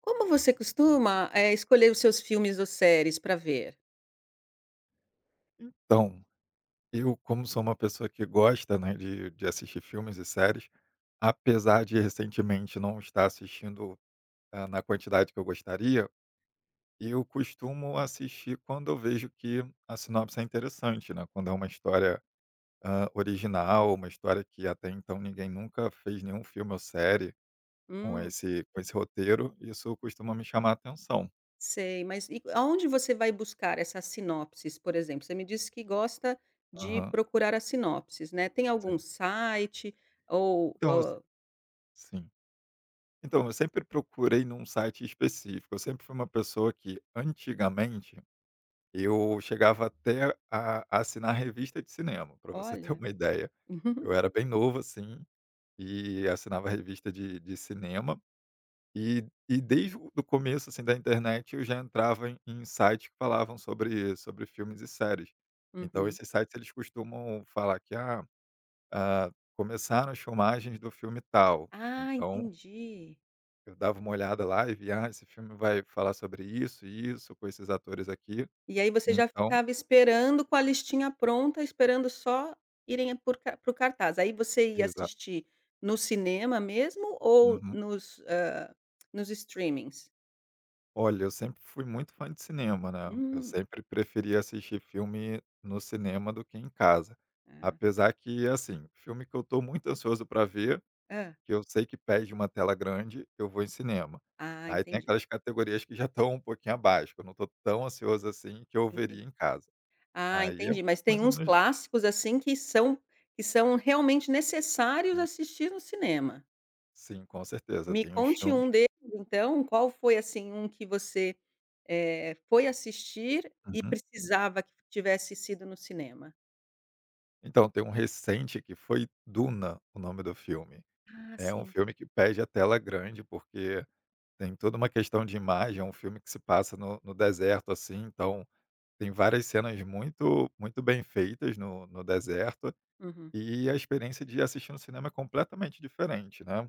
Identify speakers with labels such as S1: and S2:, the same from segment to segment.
S1: Como você costuma, escolher os seus filmes ou séries para ver?
S2: Então, eu como sou uma pessoa que gosta, né, de assistir filmes e séries, apesar de recentemente não estar assistindo, na quantidade que eu gostaria, eu costumo assistir quando eu vejo que a sinopse é interessante, né, quando é uma história, original, uma história que até então ninguém nunca fez nenhum filme ou série com
S1: Hum,
S2: esse com esse roteiro, isso costuma me chamar a atenção.
S1: sei, mas e aonde você vai buscar essas sinopses, por exemplo? Você me disse que gosta de
S2: Aham,
S1: procurar as sinopses, né. Tem algum
S2: sim.
S1: site ou
S2: Então, assim,
S1: ou
S2: sim. Então, eu sempre procurei num site específico. Eu sempre fui uma pessoa que, antigamente, eu chegava até a assinar revista de cinema, para você ter
S1: olha.
S2: uma ideia.
S1: Uhum.
S2: Eu era bem novo, assim, e assinava revista de cinema. E e desde o do começo, assim, da internet, eu já entrava em sites que falavam sobre filmes e séries. Então
S1: Uhum.
S2: esses sites, eles costumam falar que: "Ah, começaram as filmagens do filme tal".
S1: Ah,
S2: Então
S1: entendi.
S2: eu dava uma olhada lá e via: "Ah, esse filme vai falar sobre isso e isso, com esses atores aqui".
S1: E aí você já
S2: Então,
S1: ficava esperando com a listinha pronta, esperando só irem para o cartaz. Aí você ia
S2: exato.
S1: assistir no cinema mesmo ou
S2: Uhum.
S1: nos, hã, nos streamings?
S2: Olha, eu sempre fui muito fã de cinema, né, eu
S1: Hum,
S2: sempre preferi assistir filme no cinema do que em casa.
S1: ah,
S2: Apesar que, assim, filme que eu tô muito ansioso para ver,
S1: hã.
S2: que eu sei que pede uma tela grande, eu vou em cinema.
S1: Ah,
S2: Aí tem
S1: entendi,
S2: aquelas categorias que já estão um pouquinho abaixo, que eu não tô tão ansioso assim, que eu veria
S1: entendi.
S2: em casa.
S1: Ah,
S2: Aí é
S1: entendi, mas tem
S2: mais ou
S1: uns
S2: menos
S1: clássicos, assim, que são realmente necessários
S2: assim.
S1: assistir no cinema.
S2: Sim, com certeza,
S1: Me
S2: tem uns
S1: conte
S2: filmes.
S1: um deles, então, qual foi, assim, um que você, foi assistir e
S2: Uhum.
S1: precisava que tivesse sido no cinema?
S2: Então, tem um recente que foi Duna, o nome do filme.
S1: Ah,
S2: É um
S1: sim.
S2: filme que pede a tela grande, porque tem toda uma questão de imagem, é um filme que se passa no deserto, assim, então tem várias cenas muito muito bem feitas no deserto,
S1: Uhum.
S2: e a experiência de assistir no cinema é completamente diferente, né?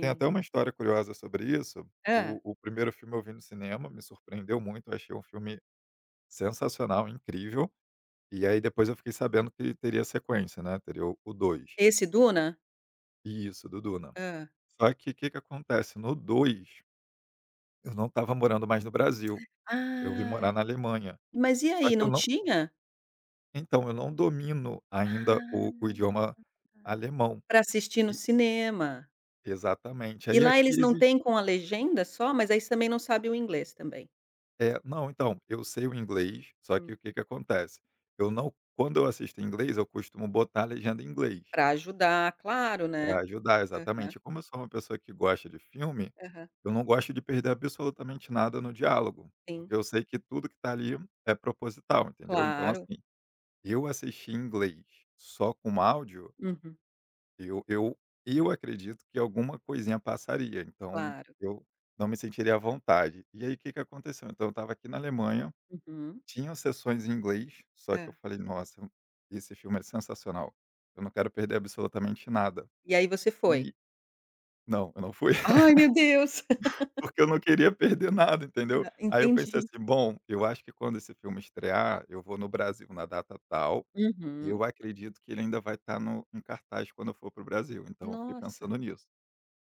S2: Tem até uma história curiosa sobre isso.
S1: Hã.
S2: O primeiro filme eu vi no cinema, me surpreendeu muito, eu achei um filme sensacional, incrível, e aí depois eu fiquei sabendo que teria sequência, né? Teria o 2.
S1: Esse Duna?
S2: Isso, do Duna.
S1: Hã.
S2: Só que o que que acontece, no 2? Eu não estava morando mais no Brasil, eu vim morar
S1: Ai,
S2: na Alemanha.
S1: mas e
S2: Só
S1: aí,
S2: que eu
S1: não
S2: não
S1: tinha?
S2: Então, eu não domino ainda o
S1: Ah,
S2: idioma alemão.
S1: pra assistir no
S2: E
S1: cinema.
S2: exatamente.
S1: E
S2: Aí
S1: lá eles
S2: aqui
S1: não
S2: existe.
S1: têm com a legenda só? Mas aí você também não sabe o inglês também?
S2: É, não, então, eu sei o inglês, só que
S1: Hum.
S2: o que que acontece, eu não quando eu assisto em inglês, eu costumo botar a legenda em inglês.
S1: Pra ajudar, claro,
S2: Pra
S1: né.
S2: ajudar,
S1: Aham,
S2: exatamente. E como eu sou uma pessoa que gosta de filme,
S1: aham.
S2: eu não gosto de perder absolutamente nada no diálogo,
S1: Sim,
S2: porque eu sei que tudo que tá ali é proposital, entendeu? Então,
S1: claro.
S2: assim, eu assisti em inglês só com áudio,
S1: Uhum,
S2: eu eu eu acredito que alguma coisinha passaria, então
S1: claro.
S2: eu não me sentiria à vontade. E aí, o que que aconteceu? Então eu estava aqui na Alemanha,
S1: Uhum.
S2: tinham sessões em inglês, só que eu
S1: Hã.
S2: falei: "Nossa, esse filme é sensacional, eu não quero perder absolutamente nada".
S1: E aí você foi?
S2: E não, eu não fui.
S1: Ai, meu Deus!
S2: Porque eu não queria perder nada, entendeu.
S1: Hã,
S2: Aí eu pensei
S1: entendi.
S2: assim: "Bom, eu acho que quando esse filme estrear, eu vou no Brasil na data tal, e
S1: Uhum.
S2: eu acredito que ele ainda vai estar no em cartaz quando eu for para o Brasil", então eu fiquei
S1: Nossa!
S2: pensando nisso.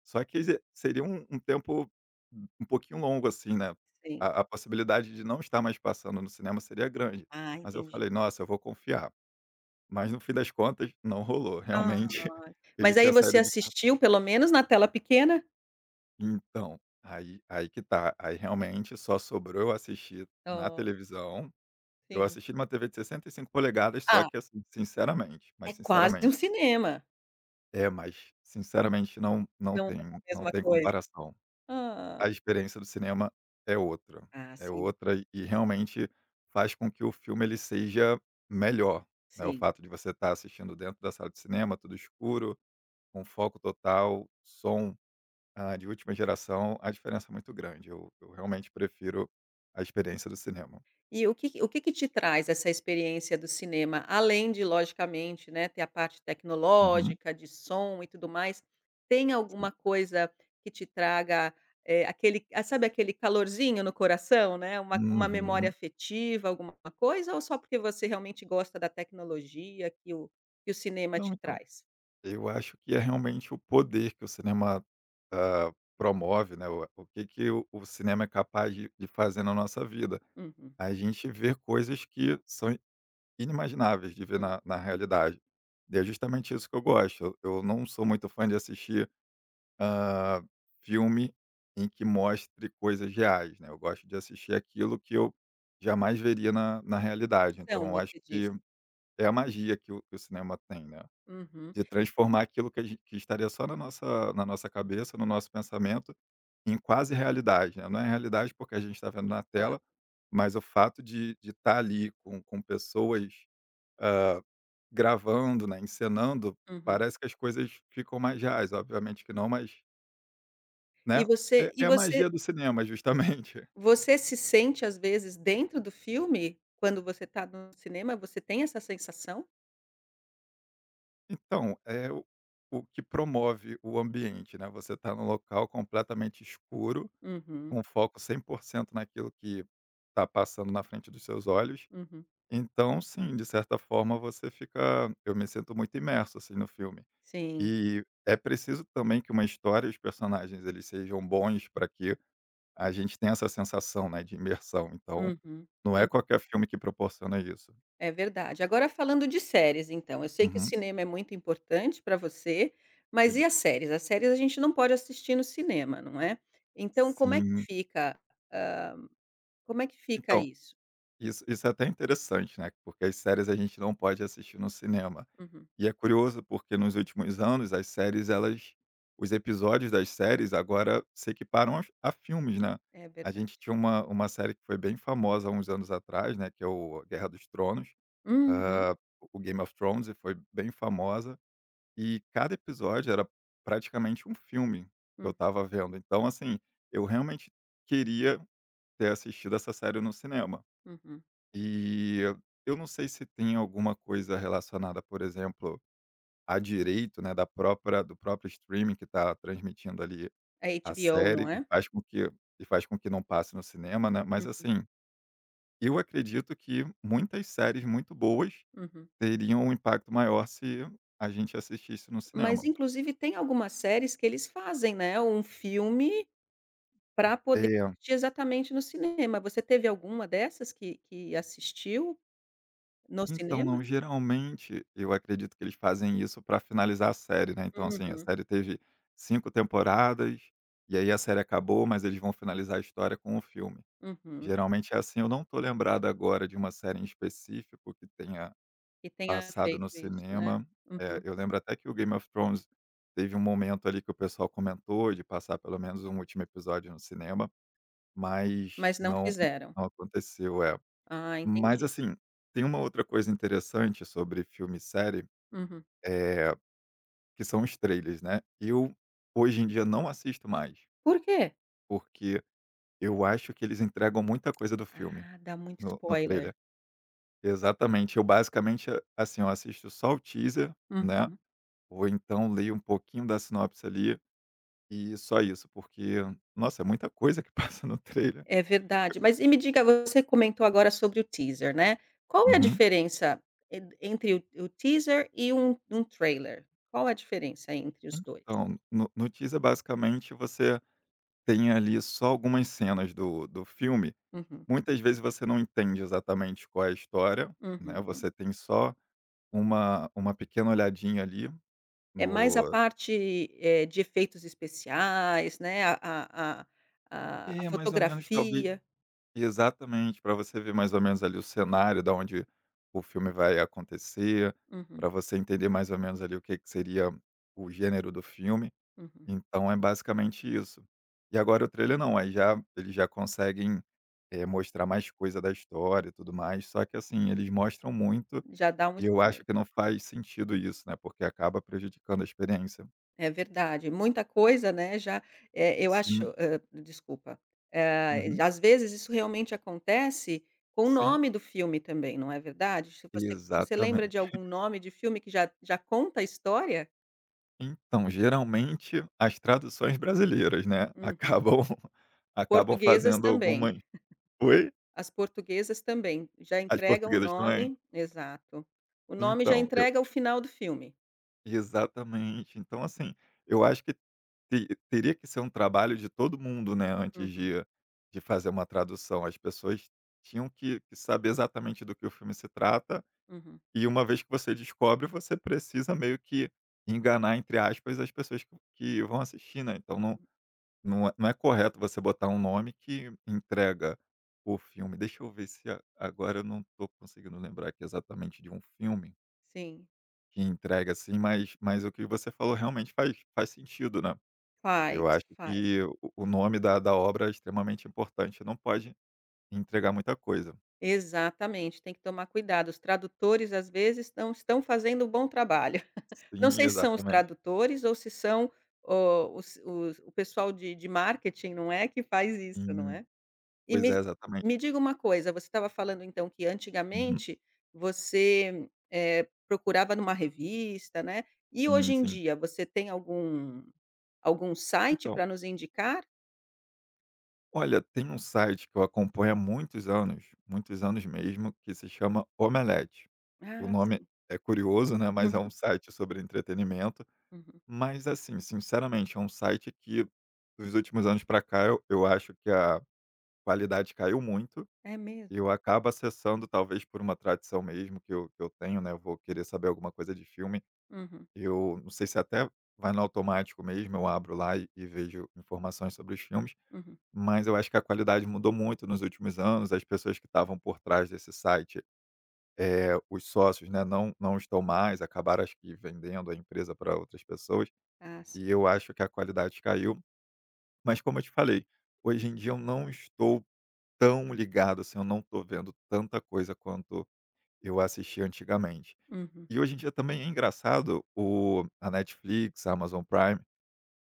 S2: Só que ze seria um tempo um pouquinho longo, assim, né,
S1: Sim.
S2: a possibilidade de não estar mais passando no cinema seria grande.
S1: Ah,
S2: Mas eu
S1: entendi.
S2: falei: "Nossa, eu vou confiar". Mas no fim das contas, não rolou. Realmente,
S1: Ah,
S2: ele
S1: mas aí
S2: tinha
S1: você
S2: saído de.
S1: assistiu pelo menos na tela pequena?
S2: Então, aí que tá, aí realmente só sobrou eu assistir na
S1: Oh,
S2: televisão. Eu
S1: sim.
S2: assisti numa TV de 65 polegadas, só
S1: Ah,
S2: que assim, sinceramente,
S1: é
S2: mas
S1: quase um
S2: sinceramente
S1: cinema,
S2: é, mas sinceramente não não
S1: não é a
S2: tem não
S1: mesma
S2: tem
S1: coisa.
S2: comparação.
S1: Ah,
S2: A experiência do cinema é outra,
S1: ah,
S2: é
S1: sim,
S2: outra e realmente faz com que o filme ele seja melhor, né, o
S1: sim.
S2: fato de você estar assistindo dentro da sala de cinema, tudo escuro, com foco total, som de última geração, a diferença é muito grande. Eu realmente prefiro a experiência do cinema.
S1: E o que o que te traz essa experiência do cinema, além de logicamente, né, ter a parte
S2: Uhum.
S1: tecnológica, de som e tudo mais, tem
S2: Sim.
S1: alguma coisa que te traga, aquele ah, sabe aquele calorzinho no coração, né, uma memória
S2: Uhum.
S1: afetiva, alguma coisa, ou só porque você realmente gosta da tecnologia que o cinema
S2: Não,
S1: te
S2: então,
S1: traz?
S2: eu acho que é realmente o poder que o cinema, promove, né, o que que o cinema é capaz de fazer na nossa vida.
S1: Uhum,
S2: A gente vê coisas que são inimagináveis de ver
S1: hum.
S2: na realidade. E é justamente isso que eu gosto. Eu não sou muito fã de assistir hã, filme em que mostre coisas reais, né, eu gosto de assistir aquilo que eu
S1: Ah,
S2: jamais veria na realidade, então
S1: ficção
S2: eu acho
S1: você
S2: que
S1: diz.
S2: é a magia que o cinema tem, né,
S1: Uhum,
S2: de transformar aquilo que a gen que estaria só na nossa cabeça, no nosso pensamento, em quase realidade, né, não é realidade porque a gente está vendo na
S1: claro.
S2: tela, mas o fato de estar ali com pessoas, hã, gravando, né, encenando,
S1: Uhum.
S2: parece que as coisas ficam mais reais, obviamente que não, mas
S1: E
S2: né, é
S1: você e
S2: é a
S1: você
S2: magia do cinema justamente.
S1: Você se sente, às vezes, dentro do filme? Quando você está no cinema, você tem essa sensação?
S2: Então, é o que promove o ambiente, né, você está num local completamente escuro,
S1: Uhum,
S2: com foco 100% naquilo que está passando na frente dos seus olhos,
S1: uhum.
S2: então sim, de certa forma você fica eu me sinto muito imerso, assim, no filme.
S1: Sim.
S2: E é preciso também que uma história e os personagens eles sejam bons para que a gente tenha essa sensação, né, de imersão, então,
S1: Uhum,
S2: não é
S1: hum.
S2: qualquer filme que proporciona isso.
S1: É verdade. Agora falando de séries, então, eu sei que o
S2: Uhum,
S1: cinema é muito importante para você, mas e
S2: sim.
S1: as séries? As séries a gente não pode assistir no cinema, não é? Então como é que
S2: Sim.
S1: fica, hã, como é que fica
S2: Então,
S1: isso?
S2: isso é até interessante, né, porque as séries a gente não pode assistir no cinema.
S1: Uhum,
S2: E é curioso porque nos últimos anos as séries elas os episódios das séries agora se equiparam aos a filmes, né.
S1: é
S2: A
S1: verdade.
S2: gente tinha uma série que foi bem famosa há uns anos atrás, né, que é o Guerra dos Tronos,
S1: Uhum,
S2: hã, o Game of Thrones, e foi bem famosa, e cada episódio era praticamente um filme que eu
S1: hum,
S2: estava vendo. Então, assim, eu realmente queria ter assistido essa série no cinema.
S1: uhum.
S2: E eu não sei se tem alguma coisa relacionada, por exemplo, a direito, né, da própria do próprio streaming que está transmitindo ali
S1: É
S2: a
S1: HBO,
S2: série
S1: não
S2: e
S1: é?
S2: faz com que não passe no cinema, né, mas
S1: Hum,
S2: assim, eu acredito que muitas séries muito boas
S1: uhum.
S2: teriam um impacto maior se a gente assistisse no
S1: Mas
S2: cinema.
S1: inclusive tem algumas séries que eles fazem, né, um filme para poder
S2: É.
S1: assistir exatamente no cinema. Você teve alguma dessas que assistiu no
S2: Então,
S1: cinema?
S2: não, geralmente, eu acredito que eles fazem isso para finalizar a série, né, então, assim, a
S1: Uhum,
S2: série teve 5 temporadas, e aí a série acabou, mas eles vão finalizar a história com um filme.
S1: uhum.
S2: Geralmente é assim, eu não tô lembrado agora de uma série em específico que tenha
S1: Que tenha
S2: passado
S1: feito
S2: no
S1: isso, né.
S2: cinema,
S1: Uhum.
S2: eu lembro até que o Game of Thrones teve um momento ali que o pessoal comentou de passar pelo menos um último episódio no cinema, mas
S1: Mas não fizeram.
S2: não aconteceu, é.
S1: Ah,
S2: Mas
S1: entendi.
S2: assim, tem uma outra coisa interessante sobre filme e série,
S1: Uhum.
S2: eh, que são os trailers, né. Eu, hoje em dia, não assisto mais,
S1: Por quê?
S2: porque eu acho que eles entregam muita coisa do filme
S1: Ah, dá muito
S2: no trailer.
S1: spoiler.
S2: Exatamente. Eu basicamente, assim, eu assisto só o teaser, né,
S1: Uhum.
S2: ou então leio um pouquinho da sinopse ali, e só isso, porque, nossa, é muita coisa que passa no trailer.
S1: É verdade. Mas e me diga, você comentou agora sobre o teaser, né. Qual é a
S2: Uhum.
S1: diferença en entre o teaser e um trailer? Qual é a diferença entre os dois?
S2: Então, no teaser, basicamente, você tem ali só algumas cenas do filme.
S1: Uhum,
S2: Muitas vezes você não entende exatamente qual é a história, né,
S1: uhum.
S2: você tem só uma pequena olhadinha ali
S1: É mais a
S2: no.
S1: parte, de efeitos especiais, né, a
S2: É, mais ou menos, talvez
S1: fotografia.
S2: exatamente, para você ver mais ou menos ali o cenário da onde o filme vai acontecer, para
S1: Uhum,
S2: você entender mais ou menos ali o que que seria o gênero do filme,
S1: uhum.
S2: então é basicamente isso. E agora o trailer não, aí já eles já conseguem, mostrar mais coisa da história e tudo mais, só que assim, eles mostram muito.
S1: Já dá um
S2: E eu
S1: spoiler.
S2: acho que não faz sentido isso, né, porque acaba prejudicando a experiência.
S1: É verdade, muita coisa, né, já, eu acho
S2: Sim.
S1: hã, desculpa,
S2: Uhum.
S1: às vezes isso realmente acontece com o
S2: Sim.
S1: nome do filme também, não é verdade? Se você lembra de
S2: Exatamente.
S1: algum nome de filme que já conta a história?
S2: Então, geralmente, as traduções brasileiras, né,
S1: Uhum.
S2: acabam acabam
S1: Portuguesas
S2: fazendo
S1: também,
S2: algumas. Oi?
S1: as portuguesas também, já
S2: As
S1: entregam o
S2: portuguesas também?
S1: nome exato. O nome já
S2: Então, eu
S1: entrega o final do filme.
S2: Exatamente. Então, assim, eu acho que te teria que ser um trabalho de todo mundo, né, antes
S1: Uhum,
S2: de fazer uma tradução. As pessoas tinham que saber exatamente do que o filme se trata.
S1: uhum.
S2: E uma vez que você descobre, você precisa meio que enganar, entre aspas, as pessoas que vão assistir, né. Então não é correto você botar um nome que entrega o filme. Deixa eu ver se a agora eu não estou conseguindo lembrar aqui exatamente de um filme
S1: Sim,
S2: que entrega assim, mas o que você falou realmente faz sentido, né.
S1: faz,
S2: Eu acho
S1: faz.
S2: que o nome da obra é extremamente importante, não pode entregar muita coisa.
S1: Exatamente, tem que tomar cuidado. Os tradutores, às vezes, não estão fazendo um bom trabalho. Não
S2: Sim,
S1: sei se são os
S2: exatamente.
S1: tradutores ou se são o os o pessoal de marketing, não é, que faz isso, não
S2: Sim.
S1: é. E
S2: Pois é,
S1: me
S2: exatamente.
S1: me diga uma coisa, você estava falando, então, que
S2: Uhum.
S1: antigamente você, procurava numa revista, né, e hoje
S2: Sim,
S1: em
S2: sim.
S1: dia você tem algum site
S2: Então.
S1: para nos indicar?
S2: Olha, tem um site que eu acompanho há muitos anos mesmo, que se chama Omelete. O
S1: Ah,
S2: nome
S1: sim.
S2: é curioso, né, mas é
S1: Uhum,
S2: um site sobre entretenimento,
S1: uhum.
S2: mas assim, sinceramente, é um site que dos últimos anos para cá eu acho que a qualidade caiu muito,
S1: É
S2: e
S1: mesmo?
S2: eu acabo acessando talvez por uma tradição mesmo que eu tenho, né, eu vou querer saber alguma coisa de filme,
S1: Uhum,
S2: eu não sei se até vai no automático mesmo, eu abro lá e vejo informações sobre os filmes,
S1: uhum.
S2: mas eu acho que a qualidade mudou muito nos últimos anos, as pessoas que estavam por trás desse site, os sócios, né, não estão mais, acabaram acho que vendendo a empresa para outras pessoas,
S1: Ah, sim.
S2: e eu acho que a qualidade caiu. Mas como eu te falei, hoje em dia eu não estou tão ligado, assim, eu não estou vendo tanta coisa quanto eu assisti antigamente.
S1: Uhum.
S2: E hoje em dia também é engraçado o a Netflix, a Amazon Prime,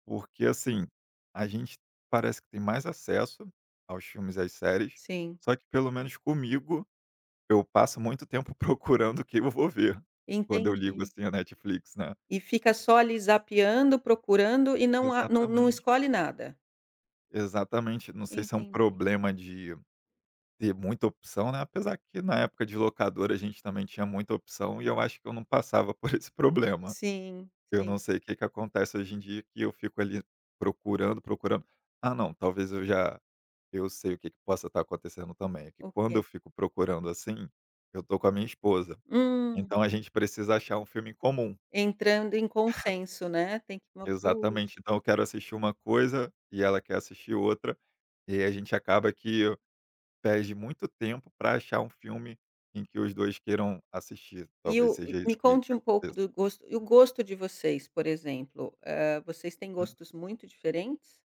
S2: porque, assim, a gente parece que tem mais acesso aos filmes e às séries,
S1: Sim,
S2: só que pelo menos comigo, eu passo muito tempo procurando o que eu vou ver, quando eu ligo,
S1: entendi.
S2: assim, a Netflix, né.
S1: E fica só ali zapeando, procurando e não a não não
S2: Exatamente,
S1: escolhe nada?
S2: exatamente. Não sei se é um
S1: Entendi.
S2: problema de ter muita opção, né, apesar que na época de locadora a gente também tinha muita opção e eu acho que eu não passava por esse problema.
S1: Sim,
S2: Eu
S1: sim.
S2: não sei o que que acontece hoje em dia que eu fico ali procurando, procurando. Ah não, talvez eu já. Eu sei o que que possa estar acontecendo também, é que
S1: O que
S2: quando
S1: é?
S2: eu fico procurando assim, eu tô com a minha esposa,
S1: Hum,
S2: então a gente precisa achar um filme em comum.
S1: entrando em consenso, né, tem que uma
S2: Exatamente,
S1: puxa.
S2: então eu quero assistir uma coisa e ela quer assistir outra, e aí a gente acaba que perde muito tempo para achar um filme em que os 2 queiram assistir,
S1: E o
S2: talvez seja
S1: Me
S2: isso que
S1: conte um pouco
S2: aconteça.
S1: do gosto e o gosto de vocês, por exemplo, hã, vocês têm
S2: Hã,
S1: gostos muito diferentes?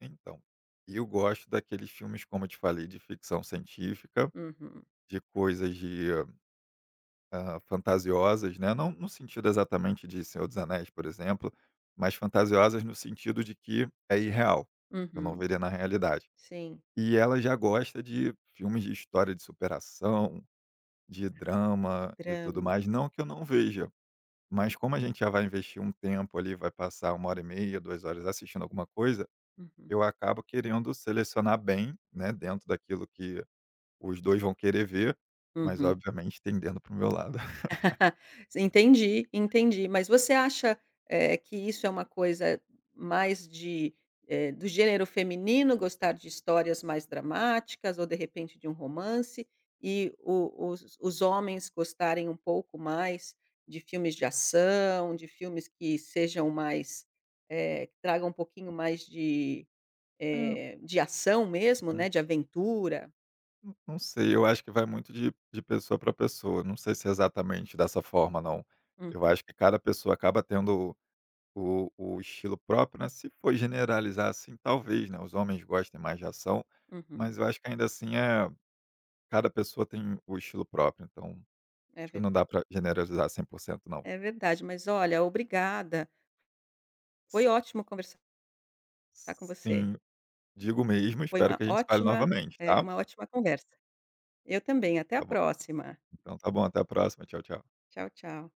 S2: então, eu gosto daqueles filmes, como eu te falei, de ficção científica,
S1: Uhum,
S2: de coisas de. Ah, fantasiosas, né, não no sentido exatamente de Senhor dos Anéis, por exemplo, mas fantasiosas no sentido de que é irreal, eu não
S1: uhum.
S2: veria na realidade.
S1: Sim,
S2: E ela já gosta de filmes de história de superação, de drama e tudo
S1: drama.
S2: mais, não que eu não veja, mas como a gente já vai investir um tempo ali, vai passar 1h30, 2 horas assistindo alguma coisa,
S1: Uhum,
S2: eu acabo querendo selecionar bem, né, dentro daquilo que os 2 vão querer ver, mas
S1: uhum.
S2: obviamente tendendo para o meu lado.
S1: Entendi, entendi. Mas você acha, que isso é uma coisa mais de, do gênero feminino gostar de histórias mais dramáticas ou de repente de um romance, e o os homens gostarem um pouco mais de filmes de ação, de filmes que sejam mais, que tragam um pouquinho mais de, de ação mesmo,
S2: É.
S1: né, de aventura.
S2: Não sei, eu acho que vai muito de pessoa para pessoa, não sei se é exatamente dessa forma não.
S1: Hum,
S2: Eu acho que cada pessoa acaba tendo o estilo próprio, né, se for generalizar assim talvez, né, os homens gostem mais de ação,
S1: uhum.
S2: mas eu acho que ainda assim é cada pessoa tem o estilo próprio, então
S1: É
S2: acho que não dá
S1: verdade.
S2: para generalizar 100% não.
S1: É verdade. Mas olha, obrigada. Foi
S2: S
S1: ótimo conversar. Tá com você.
S2: sim, digo mesmo,
S1: Foi
S2: espero
S1: uma
S2: que a gente fale
S1: ótima,
S2: novamente, tá?
S1: uma ótima conversa. Eu também, até a
S2: Tá bom,
S1: próxima.
S2: então tá bom, até a próxima, tchau, tchau.
S1: Tchau, tchau.